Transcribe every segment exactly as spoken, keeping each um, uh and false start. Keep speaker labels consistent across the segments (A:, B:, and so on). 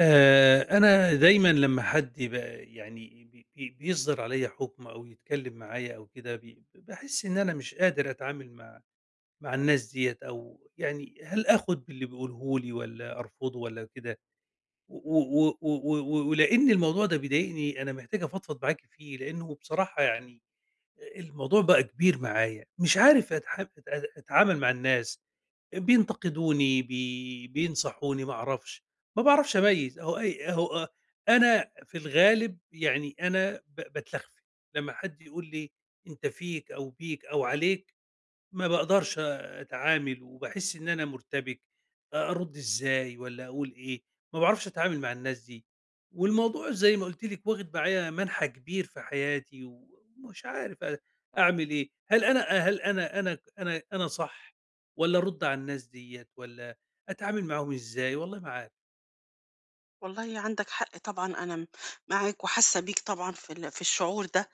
A: آآ، أنا دايمًا لمّا حد ب يعني بي بي بيصدر عليَّ حكم أو يتكلم معايا أو كده، ب باحس إن أنا مش قادر أتعامل مع مع الناس ديّة أو يعني هل آخد باللي بيقوله لي والّا أرفضه والّا كده، و و و و و ولإن الموضوع ده بيضايقني، أنا محتاج أفضفض معاكِ فيه، لإنه بصراحة يعني الموضوع بقى كبير معايا، مش عارف أتح أت أتعامل مع الناس. بينتقدوني، بي بينصحوني، ما أعرفش، ما باعرفش أميّز، أهو أي أهو أنا في الغالب يعني أنا ب باتلخفي، لمّا حد يقول لي أنت فيك أو بيك أو عليك ما باقدرش أتعامل، وباحس إن أنا مُرتبِك، أ أرُدّ إزاي والّا أقول إيه، ما باعرفش أتعامل مع الناس دي، والموضوع زي ما قُلت لِك واخد معايا مَنحى كبير في حياتي، ومش عارف أ أعمل إيه، هل أنا هل أنا أنا أنا أنا صح والّا أرُدّ على الناس ديّة والّا أتعامل معاهم إزاي؟ والله ما عارف.
B: والله عندك حق طبعًا. أنا م معاك وحاسة بيك طبعًا في ال في الشعور ده،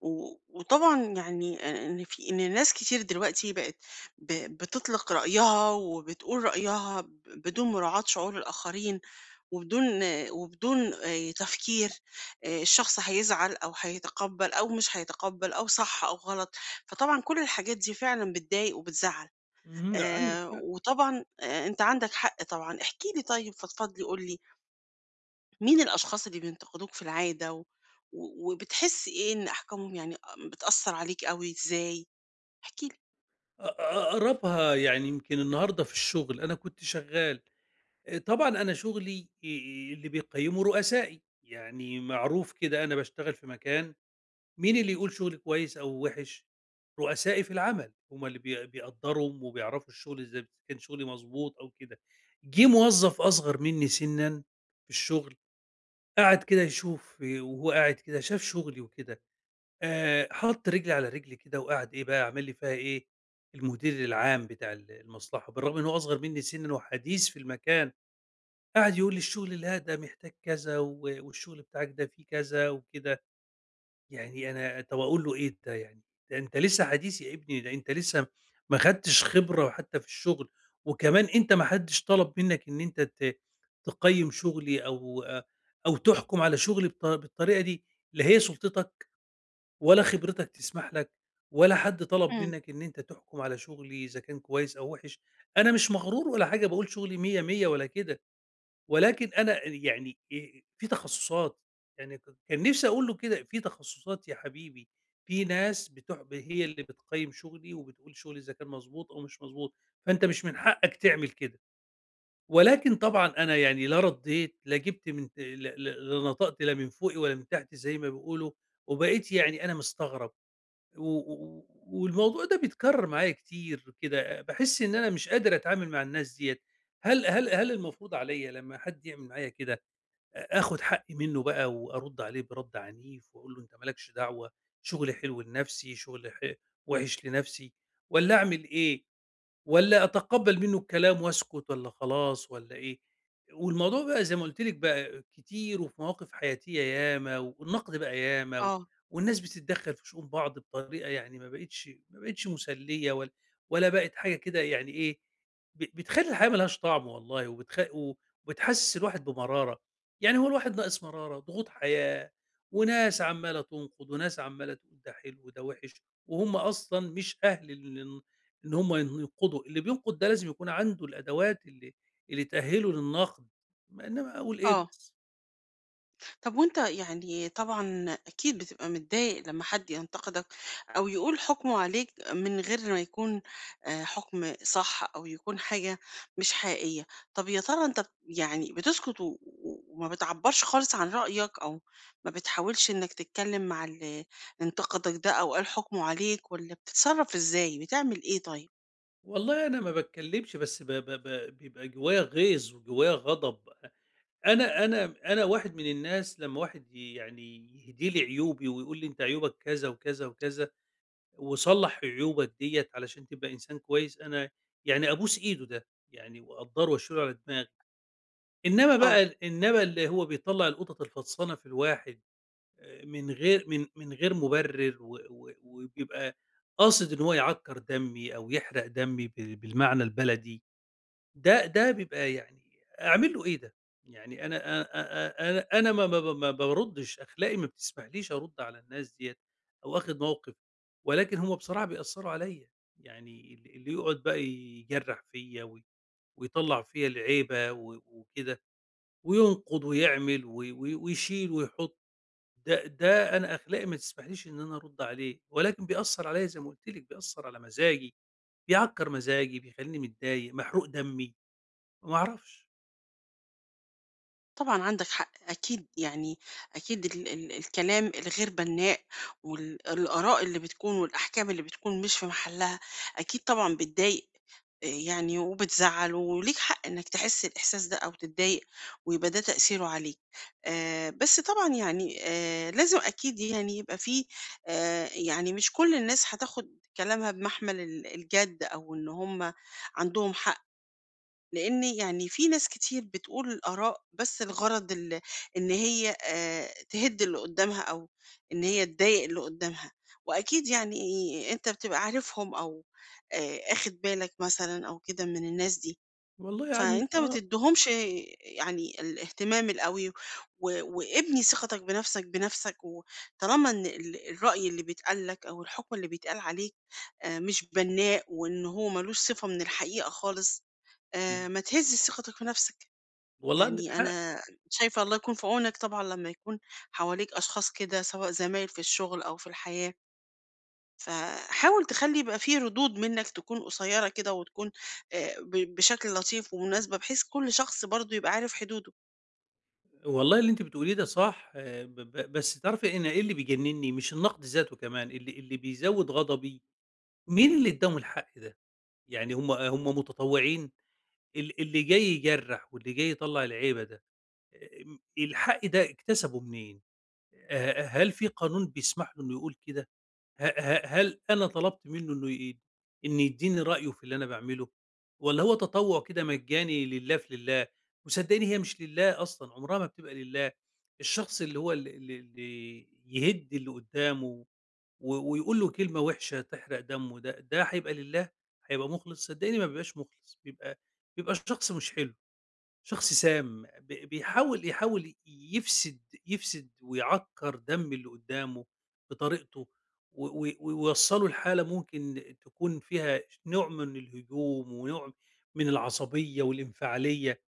B: و وطبعًا يعني إ إن في إن ناس كتير دلوقتي بقت ب بتطلق رأيها وبتقول رأيها ب بدون مراعاة شعور الآخرين، وبدون وبدون آآ تفكير آآ الشخص هيزعل أو هيتقبّل أو مش هيتقبّل أو صح أو غلط، فطبعًا كل الحاجات دي فعلًا بتضايق وبتزعّل.
A: اهم، عندك
B: آآ
A: حق.
B: وطبعًا آآ أنت عندك حق طبعًا، احكِ لي، طيب فضفض لي، قُل لي مين الأشخاص اللي بينتقدوك في العادة و... و- وبتحس إيه؟ إن أحكامهم يعني بتأثر عليك أوي إزاي؟ احكِ لي.
A: أ أ أقربها يعني يمكن النهارده في الشغل، أنا كنت شغّال. آآ طبعًا أنا شُغلي آآ اللي بيقيّمه رؤسائي، يعني معروف كده أنا باشتغل في مكان، مين اللي يقول شُغلي كويس أو وِحِش؟ رؤسائي في العمل، هم اللي بي بيقدّروا وبيعرفوا الشُغل ازاي، إذا ب كان شُغلي مضبوط أو كده. جِه موظّف أصغر منّي سِنًا في الشُغل، قعد كده يشوف وهو قاعد كده شاف شُغلي وكده، آآ حَط رِجل على رِجل كده وقعد إيه بقى عمل لي فيها إيه، المدير العام بتاع ال المصلحة، بالرغم إن هو أصغر منّي سِنًا وحديث في المكان. قعد يقول لي الشغل لا ده محتاج كذا و والشغل بتاعك ده فيه كذا وكده، يعني أنا طَب أقول له إيه ده يعني؟ ده أنت لسه حديث يا ابني، ده أنت لسه ما خدتش خبرة حتى في الشغل، وكمان أنت ما حدش طلب منك إن أنت ت تقيّم شغلي أو أو تحكم على شغلي بالط بالطريقة دي، لا هي سُلطتك ولا خبرتك تسمح لك، ولا حد طلب
B: إمم،
A: منك إن أنت تحكم على شغلي إذا كان كويس أو وِحِش، أنا مش مغرور ولا حاجة باقول شغلي مية، مية ولا كده. ولكن أنا يعني آآ في تخصُّصات، يعني ك كان نِفْسي أقول له كده في تخصُّصات يا حبيبي، في ناس بتح ب هي اللي بتقيّم شغلي وبتقول شغلي إذا كان مضبوط أو مش مضبوط، فأنت مش من حقك تعمل كده، ولكن طبعًا أنا يعني لا ردّيت لا جِبت من ت ل ل لا نطقت لا من فوقي ولا من تحتي زي ما بيقولوا، وبقيت يعني أنا مستغرب و و والموضوع ده بيتكرّر معايا كتير كده، باحس إن أنا مش قادر أتعامل مع الناس ديّة، هل هل هل المفروض عليّا لمّا حد يعمل معايا كده آخُد حقّي منّه بقى وأرُدّ عليه برَد عنيف وأقول له: "أنت ما لكش دعوة، شُغلي حلو لنَفْسي، شُغلي ح وِحِش لنَفْسي." والّا أعمل إيه؟ والّا أتقبّل منّه الكلام وأسكت والّا خلاص والّا إيه؟ والموضوع بقى زي ما قُلت لِك بقى كتير وفي مواقف حياتية ياما والنقد بقى ياما و
B: آه،
A: والناس بتتدخّل في شؤون بعض بطريقة يعني ما بقِتش ما بقِتش مسلية ولا ولا بقِت حاجة كده يعني إيه، ب بتخلّي الحياة ما لهاش طعم والله وبتخ و وبتحسّس الواحد بمرارة. يعني هو الواحد ناقص مرارة، ضغوط حياة وناس عمّالة تنقد وناس عمّالة تقول ده حلو وده وِحِش وهم أصلًا مش أهل للن إن هم ينقدوا، اللي بينقد ده لازم يكون عنده الأدوات اللي اللي تأهله للنقد، ما إنما أقول إيه
B: آه.
A: بس،
B: طب وأنت يعني طبعًا أكيد بتبقى متضايق لمّا حد ينتقدك أو يقول حُكمه عليك من غير ما يكون آآ حُكم صح أو يكون حاجة مش حقيقية، طب يا ترى أنت بت- يعني بتسكت و و وما بتعبّرش خالص عن رأيك أو ما بتحاولش إنك تتكلم مع اللي انتقدك ده أو قال حُكمه عليك، والّا بتتصرّف إزاي؟ بتعمل إيه طيب؟
A: والله أنا ما باتكلمش بس ب ب ب بيبقى جوايا غيظ وجوايا غضب، أنا أنا أنا واحد من الناس لمّا واحد ي يعني يهدي لي عيوبي ويقول لي أنت عيوبك كذا وكذا وكذا، وصلّح عيوبك ديّة علشان تبقى إنسان كويس، أنا يعني أبوس إيده ده، يعني وأقدّره وأشيله على دماغي، إنما
B: آه.
A: بقى إنما اللي هو بيطلّع القطط الفطسانة في الواحد آآ من غير من من غير مُبرر و و وبيبقى قاصد إن هو يعكّر دمي أو يحرق دمي بال بالمعنى البلدي، ده ده بيبقى يعني أعمل له إيه ده؟ يعني أنا أ أ أنا أنا ما ما ما باردّش، أخلاقي ما بتسمحليش أرُد على الناس ديّة أو آخد موقف، ولكن هم بصراحة بيأثّروا عليّا، يعني ال اللي يقعد بقى يجرّح فيّا و ويطلّع فيّا العيبة و وكده وينقد ويعمل و و ويشيل ويحط. ده ده أنا أخلاقي ما تسمحليش إن أنا أرُدّ عليه، ولكن بيأثّر عليَّ زي ما قُلت لِك، بيأثّر على مزاجي، بيعكّر مزاجي، بيخلّيني متضايق، محروق دمي، ما أعرفش.
B: طبعًا عندك حق، أكيد يعني أكيد ال ال الكلام الغير بناء وال الآراء اللي بتكون والأحكام اللي بتكون مش في محلها، أكيد طبعًا بتضايق آآ يعني وبتزعّل، وليك حق إنك تحس الإحساس ده أو تتضايق ويبقى ده تأثيره عليك. آآ بس طبعًا يعني آآ لازم أكيد يعني يبقى في آآ يعني مش كل الناس هتاخد كلامها بمحمل ال الجد أو إن هم عندهم حق. لإن يعني في ناس كتير بتقول آراء بس لغرض ال إن هي آآ تهِد اللي قدّامها أو إن هي تضايق اللي قدّامها، وأكيد يعني أنت بتبقى عارفهم أو آآ آخد بالك مثلًا أو كده من الناس دي.
A: والله عند
B: فأنت ما
A: آه،
B: تدّيهمش يعني الاهتمام الأوي و وابني ثقتك بنفسك بنفسك، وطالما إن ال الرأي اللي بيتقال لك أو الحكم اللي بيتقال عليك آآ مش بنّاء وإن هو ما لوش صفة من الحقيقة خالص،
A: إمم.
B: آآ ما تهزّش ثقتك في نفسك.
A: والله عندِك
B: يعني
A: حق،
B: أنا شايفة الله يكون في عونك طبعًا لمّا يكون حواليك أشخاص كده، سواء زمايل في الشغل أو في الحياة. فحاول تخلّي يبقى في ردود منّك تكون قصيّرة كده وتكون آآ ب بشكل لطيف ومناسبة، بحيث كل شخص برضه يبقى عارف حدوده.
A: والله اللي أنتِ بتقوليه ده صح، آه، ب ب بس تعرفي إيه، أنا إيه اللي بيجنّني؟ مش النقد ذاته كمان، اللي اللي بيزوّد غضبي، مين اللي ادّاهم الحق ده؟ يعني هم هم متطوّعين؟ ال اللي جاي يجرّح واللي جاي يطلّع العيبة ده، آآ، الحق ده اكتسبه منين؟ آآ هل في قانون بيسمح له إنه يقول كده؟ ه ه هل أنا طلبت منه إنه ي إن يدّيني رأيه في اللي أنا باعمله والّا هو تطوُّع كده مجاني لله في لله؟ وصدّقني هي مش لله أصلًا، عمرها ما بتبقى لله. الشخص اللي هو ال ال اللي يهِد اللي قُدّامه و ويقول له كلمة وِحشة تحرق دمّه ده، ده هيبقى لله؟ هيبقى مُخلص؟ صدّقني ما بيبقاش مُخلص، بيبقى بيبقى شخص مش حلو. شخص سام ب بيحاول يحاول يفسد يفسد ويعكّر دم اللي قدّامه بطريقته و و ويوصّله لحالة ممكن تكون فيها نوع من الهجوم ونوع من العصبية والانفعالية،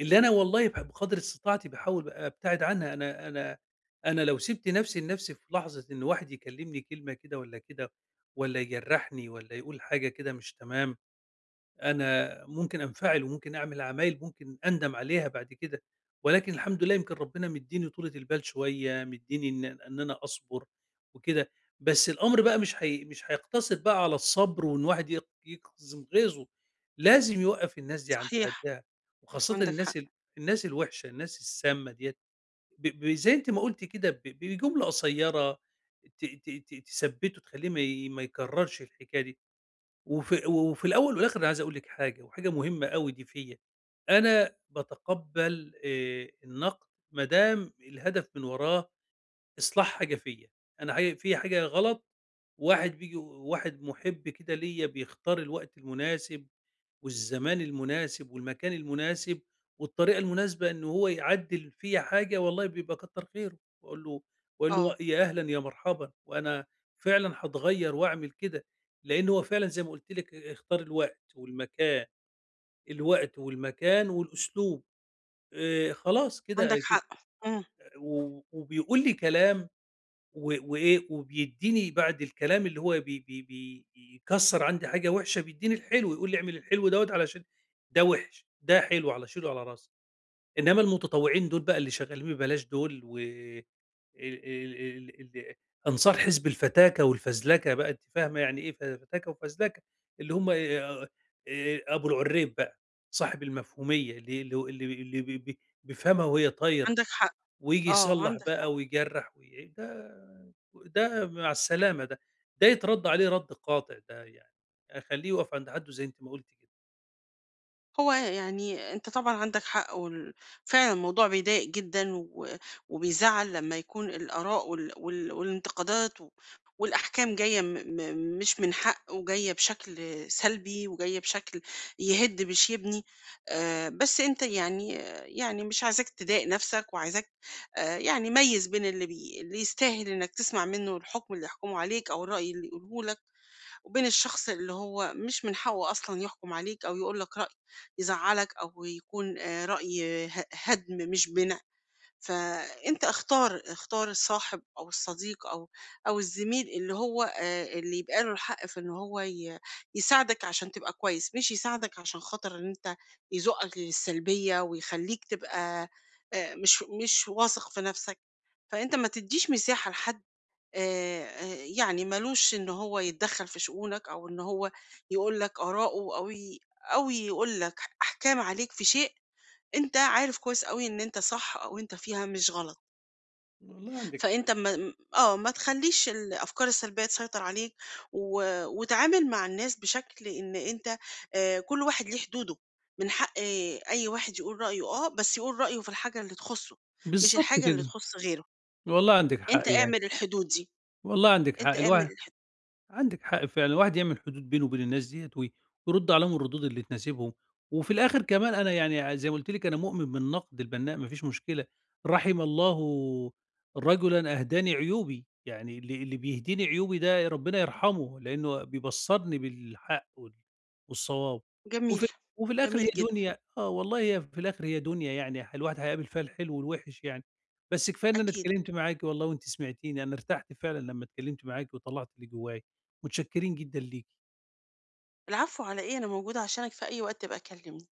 A: اللي أنا والله ب بقدر استطاعتي باحاول أبتعد عنها. أنا أنا أنا لو سِبت نفسي لنفسي في لحظة إن واحد يكلّمني كلمة كده والّا كده والّا يجرّحني والّا يقول حاجة كده مش تمام، أنا ممكن أنفعل وممكن أعمل عمايل ممكن أندم عليها بعد كده، ولكن الحمد لله يمكن ربنا مدّيني طولة البال شوية، مدّيني إن إن أنا أصبر وكده، بس الأمر بقى مش هي مش هيقتصر بقى على الصبر وإن واحد يق يقزم غيظه، لازم يوقّف الناس دي عند
B: صحيح،
A: حدّها، وخاصةً
B: عندك
A: الناس
B: حق،
A: ال الناس الوحشة، الناس السامة ديّة، ب ب زي أنتِ ما قُلتِ كده ب بجملة قصيّرة ت ت ت تثبّته تخلّيه ما ي ما يكرّرش الحكاية دي. وفي وفي الأول والآخر أنا عايز أقول لِك حاجة، وحاجة مهمة أوي دي فيّا، أنا باتقبّل آآ النقد ما دام الهدف من وراه إصلاح حاجة فيّا، أنا حاجة فيّا حاجة غلط، واحد بييجي واحد مُحِب كده ليّا بيختار الوقت المناسب والزمان المناسب والمكان المناسب والطريقة المناسبة إن هو يعدّل فيّا حاجة والله بيبقى كتّر خيره، باقول له باقول
B: آه،
A: له يا أهلًا يا مرحبًا، وأنا فعلًا هاتغيّر وأعمل كده، لإن هو فعلًا زي ما قُلت لِك اختار الوقت والمكان، الوقت والمكان والأسلوب آآ، خلاص كده
B: عندك
A: أكيد
B: حق، إمم،
A: و وبيقول لي كلام و وإيه، وبيدّيني بعد الكلام اللي هو بي بي بي بيكسّر عندي حاجة وِحشة، بيدّيني الحلو، يقول لي اعمل الحلو دوّة علشان ده وِحِش، ده حلو على شيله على راسي. إنّما المتطوّعين دول بقى اللي شغّالين ببلاش دول و ال ال ال ال أنصار حزب الفتاكة والفزلكة بقى، أنتِ فاهمة يعني إيه ف فتاكة وفزلكة، اللي هم آآ آآ أبو العرّيب بقى، صاحب المفهومية اللي اللي هو اللي اللي ب ب بيفهمها وهي طايرة.
B: عندك حق،
A: وييجي
B: آه،
A: يصلّح
B: عندك حق.
A: بقى ويجرّح وي ده ده مع السلامة ده، ده يترَد عليه رَد قاطع ده يعني، أخلّيه يُقف عند حدُّه زي أنتِ ما قُلتِ كده.
B: هو يعني انت طبعا عندك حق وال- فعلا الموضوع بيضايق جدا و- وبيزعل لما يكون الآراء وال- وال- والانتقادات و- والأحكام جاية م- م- مش من حق وجاية بشكل سلبي وجاية بشكل يهد مش يبني. آه، بس انت يعني يعني مش عايزاك تضايق نفسك وعايزاك، آه، يعني ميز بين اللي بي اللي يستاهل انك تسمع منه الحكم اللي يحكمه عليك او الرأي اللي يقوله لك وبين الشخص اللي هو مش من حقه أصلا يحكم عليك أو يقول لك رأي يزعلك أو يكون، آه، رأي ه- هدم مش بناء. فأنت اختار اختار الصاحب أو الصديق أو أو الزميل اللي هو، آه، اللي يبقى له الحق في إن هو ي- يساعدك عشان تبقى كويس، مش يساعدك عشان خاطر إن أنت يزقك للسلبية ويخليك تبقى، آه، مش مش واثق في نفسك. فأنت ما تديش مساحة لحد، آآ، آآ، يعني ما لوش إن هو يتدخّل في شؤونك أو إن هو يقول لك آراءه أو ي أو يقول لك أحكام عليك في شيء أنت عارف كويس أوي إن أنت صح أو أنت فيها مش غلط،
A: والله عندِك حق،
B: فأنت ما م آه، ما تخلّيش الأفكار السلبية تسيطر عليك و وتعامل مع الناس بشكل إن أنت، آآ، كل واحد ليه حدوده، من حق، آه، أي واحد يقول رأيه، آه، بس يقول رأيه في الحاجة اللي تخُصّه، مش
A: بالضبط
B: الحاجة اللي
A: كده،
B: تخُص غيره،
A: والله عندِك حق
B: أنت
A: يعني،
B: اعمل الحدود دي،
A: والله عندِك
B: أنت
A: حق الواحد،
B: اعمل الحدود.
A: عندِك حق فعلًا، الواحد يعمل حدود بينه وبين الناس ديّة وي ويرد عليهم الردود اللي تناسبهم، وفي الآخر كمان أنا يعني زي ما قُلت لِك أنا مؤمن بالنقد البناء ما فيش مشكلة، رحم الله رجلًا أهداني عيوبي، يعني اللي اللي بيهديني عيوبي ده ربنا يرحمه، لأنه بيبصّرني بالحق وال والصواب،
B: جميل،
A: وفي وفي الآخر
B: جميل
A: هي
B: جدًا،
A: دنيا آه والله هي في الآخر هي دنيا يعني ح الواحد هيقابل فيها الحلو والوِحِش يعني، بس كفاية إن أنا
B: أكيد.
A: اتكلمت معاكِ والله وأنتِ سمعتيني، أنا ارتحت فعلًا لمّا اتكلمت معاكِ وطلّعت اللي جوايا. متشكرين جدًا ليكِ.
B: العفو على إيه، أنا موجودة عشانك في أي وقت، ابقى كلمني.